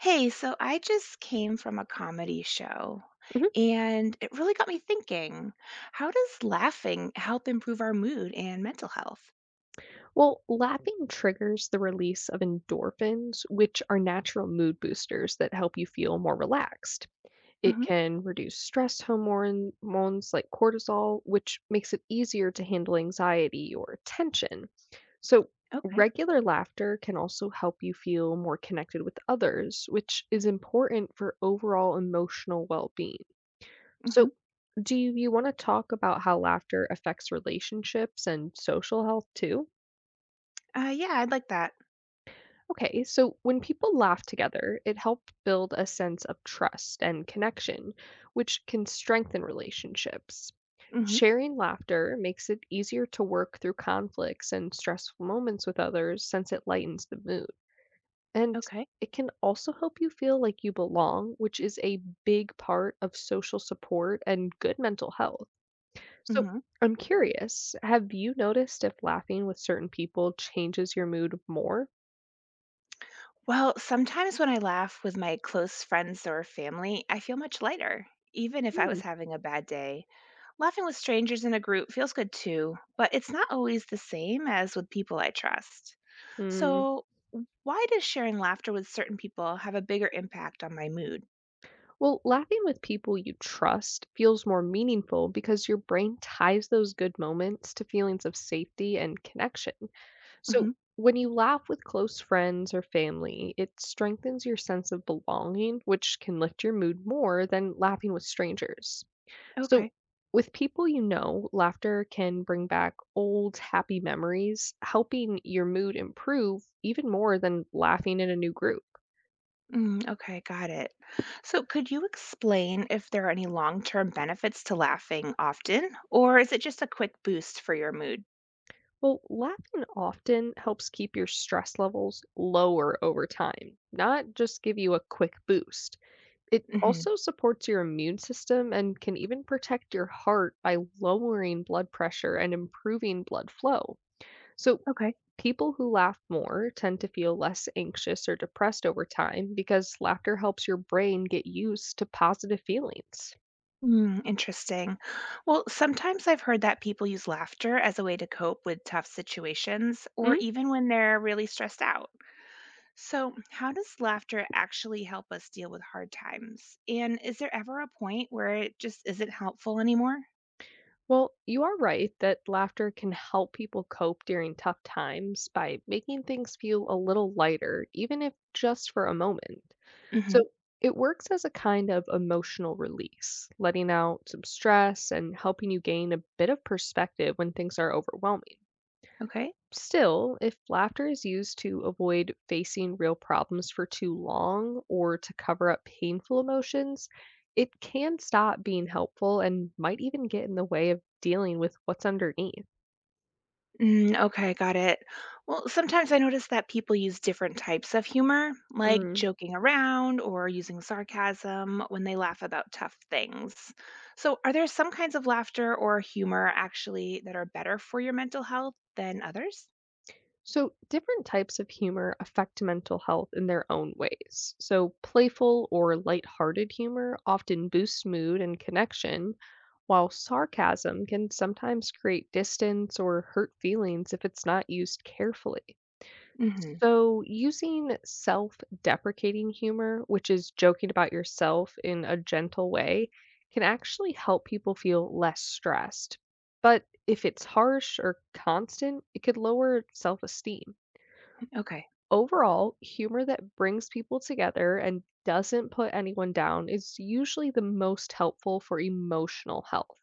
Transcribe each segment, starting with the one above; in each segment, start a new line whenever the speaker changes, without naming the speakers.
Hey, so I just came from a comedy show
Mhm.
and it really got me thinking. How does laughing help improve our mood and mental health?
Well, laughing triggers the release of endorphins, which are natural mood boosters that help you feel more relaxed. It
Hmm.
can reduce hormones like cortisol, which makes it easier to handle anxiety or tension. So,
Okay.
regular laughter can also help you feel more connected with others, which is important for overall emotional well being. So,
Hmm.
do you want to talk about how laughter affects relationships and social health too?
Yeah, I'd like that.
Okay, so when people laugh together, it helped build a sense of trust and connection, which can strengthen relationships.
Hmm.
Sharing laughter makes it easier to work through conflicts and stressful moments with others since it lightens the mood. And
Okay.
it can also help you feel like you belong, which is a big part of social support and good mental health. So
Hmm.
I'm curious, have you noticed if laughing with certain people changes your mood more?
Well, sometimes when I laugh with my close friends or family, I feel much lighter, even if I was having a bad day. Laughing with strangers in a group feels good too, but it's not always the same as with people I trust.
Hmm.
So, why does sharing laughter with certain people have a bigger impact on my mood?
Well, laughing with people you trust feels more meaningful because your brain ties those good moments to feelings of safety and connection. So,
Hmm.
when you laugh with close friends or family, it strengthens your sense of belonging, which can lift your mood more than laughing with strangers. So,
Okay.
with people you know, laughter can bring back old happy memories, helping your mood improve even more than laughing in a new group.
Mm, okay, got it. So, could you explain if there are any long term benefits to laughing often, or is it just a quick boost for your mood?
Well, laughing often helps keep your stress levels lower over time, not just give you a quick boost. It
Hmm.
also supports your immune system and can even protect your heart by lowering blood pressure and improving blood flow. So,
Okay.
people who laugh more tend to feel less anxious or depressed over time because laughter helps your brain get used to positive feelings.
Mm, interesting. Well, sometimes I've heard that people use laughter as a way to cope with tough situations or even when they're really stressed out. So, how does laughter actually help us deal with hard times? And is there ever a point where it just isn't helpful anymore?
Well, you are right that laughter can help people cope during tough times by making things feel a little lighter, even if just for a moment.
Hmm.
So it works as a kind of emotional release, letting out some stress and helping you gain a bit of perspective when things are overwhelming.
Okay.
Still, if laughter is used to avoid facing real problems for too long or to cover up painful emotions, it can stop being helpful and might even get in the way of dealing with what's underneath.
Mm, okay, got it. Well, sometimes I notice that people use different types of humor, like
Mm.
joking around or using sarcasm when they laugh about tough things. So, are there some kinds of laughter or humor actually that are better for your mental health than others?
So, different types of humor affect mental health in their own ways. So, playful or lighthearted humor often boosts mood and connection, while sarcasm can sometimes create distance or hurt feelings if it's not used carefully.
Hmm.
So, using self deprecating humor, which is joking about yourself in a gentle way, can actually help people feel less stressed. But if it's harsh or constant, it could lower self esteem.
Okay.
Overall, humor that brings people together and doesn't put anyone down is usually the most helpful for emotional health.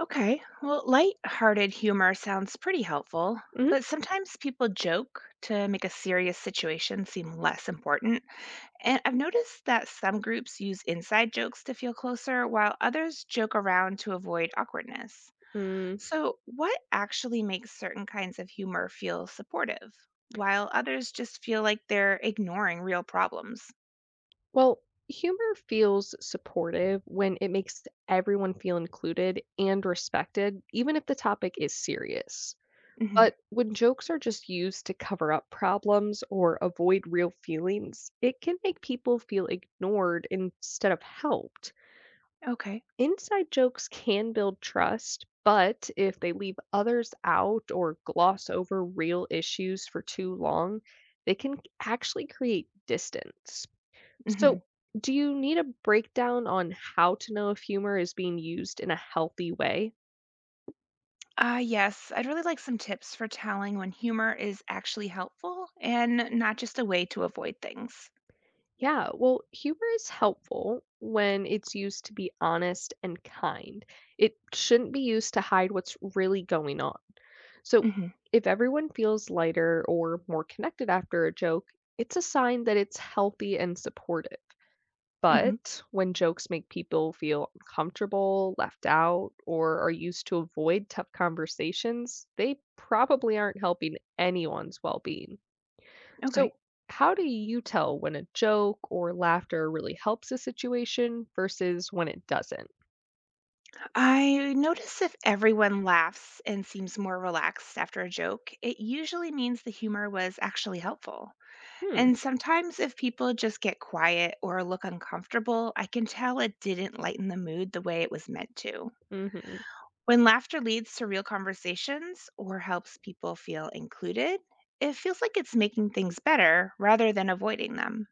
Okay, well, light-hearted humor sounds pretty helpful, but
Mhm.
sometimes people joke to make a serious situation seem less important. And I've noticed that some groups use inside jokes to feel closer, while others joke around to avoid awkwardness.
Mm,
So, what actually makes certain kinds of humor feel supportive, while others just feel like they're ignoring real problems?
well, humor feels supportive when it makes everyone feel included and respected, even if the topic is serious.
Hmm.
But when jokes are just used to cover up problems or avoid real feelings, it can make people feel ignored instead of helped.
Okay.
Inside jokes can build trust, but if they leave others out or gloss over real issues for too long, they can actually create distance. So,
Hmm.
do you need a breakdown on how to know if humor is being used in a healthy way?
Ah yes, I'd really like some tips for telling when humor is actually helpful and not just a way to avoid things.
Yeah, well, humor is helpful when it's used to be honest and kind. It shouldn't be used to hide what's really going on. So,
Hmm.
if everyone feels lighter or more connected after a joke, it's a sign that it's healthy and supportive.
Hmm.
But when jokes make people feel uncomfortable, left out, or are used to avoid tough conversations, they probably aren't helping anyone's well being.
Okay.
So, how do you tell when a joke or laughter really helps a situation versus when it doesn't?
I notice if everyone laughs and seems more relaxed after a joke, it usually means the humor was actually helpful.
Hmm.
And sometimes if people just get quiet or look uncomfortable, I can tell it didn't lighten the mood the way it was meant to.
Hmm.
When laughter leads to real conversations or helps people feel included, it feels like it's making things better rather than avoiding them.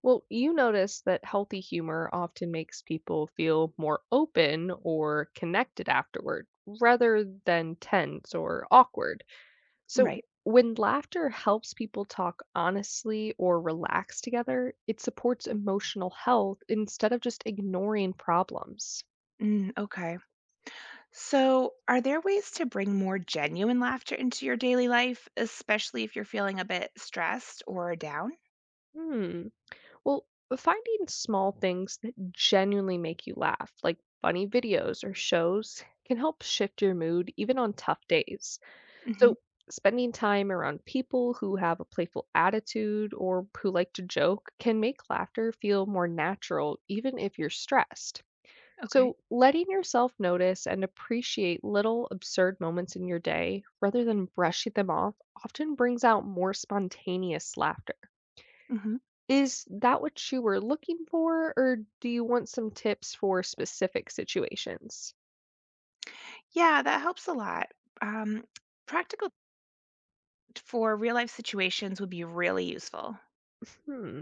Well, you notice that healthy humor often makes people feel more open or connected afterward rather than tense or awkward. So,
Right.
when laughter helps people talk honestly or relax together, it supports emotional health instead of just ignoring problems.
Mm, okay. So, are there ways to bring more genuine laughter into your daily life, especially if you're feeling a bit stressed or down?
Hmm. Well, finding small things that genuinely make you laugh, like funny videos or shows, can help shift your mood even on tough days.
Hmm.
So, spending time around people who have a playful attitude or who like to joke can make laughter feel more natural, even if you're stressed.
Okay.
So, letting yourself notice and appreciate little absurd moments in your day rather than brushing them off often brings out more spontaneous laughter.
Hmm.
Is that what you were looking for, or do you want some tips for specific situations?
Yeah, that helps a lot. Um, Practical for real life situations would be really useful.
Hmm.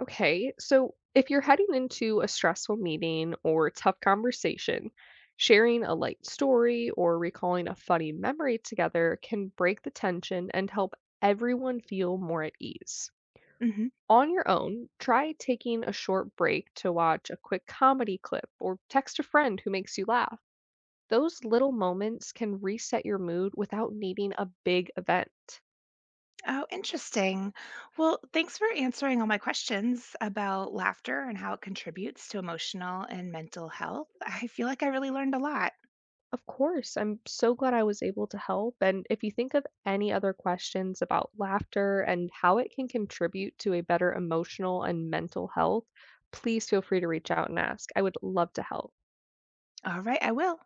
Okay. So, if you're heading into a stressful meeting or tough conversation, sharing a light story or recalling a funny memory together can break the tension and help everyone feel more at ease.
Mm-hmm.
On your own, try taking a short break to watch a quick comedy clip or text a friend who makes you laugh. Those little moments can reset your mood without needing a big event.
Oh, interesting. Well, thanks for answering all my questions about laughter and how it contributes to emotional and mental health. I feel like I really learned a lot.
Of course, I'm so glad I was able to help. And if you think of any other questions about laughter and how it can contribute to a better emotional and mental health, please feel free to reach out and ask. I would love to help.
All right, I will.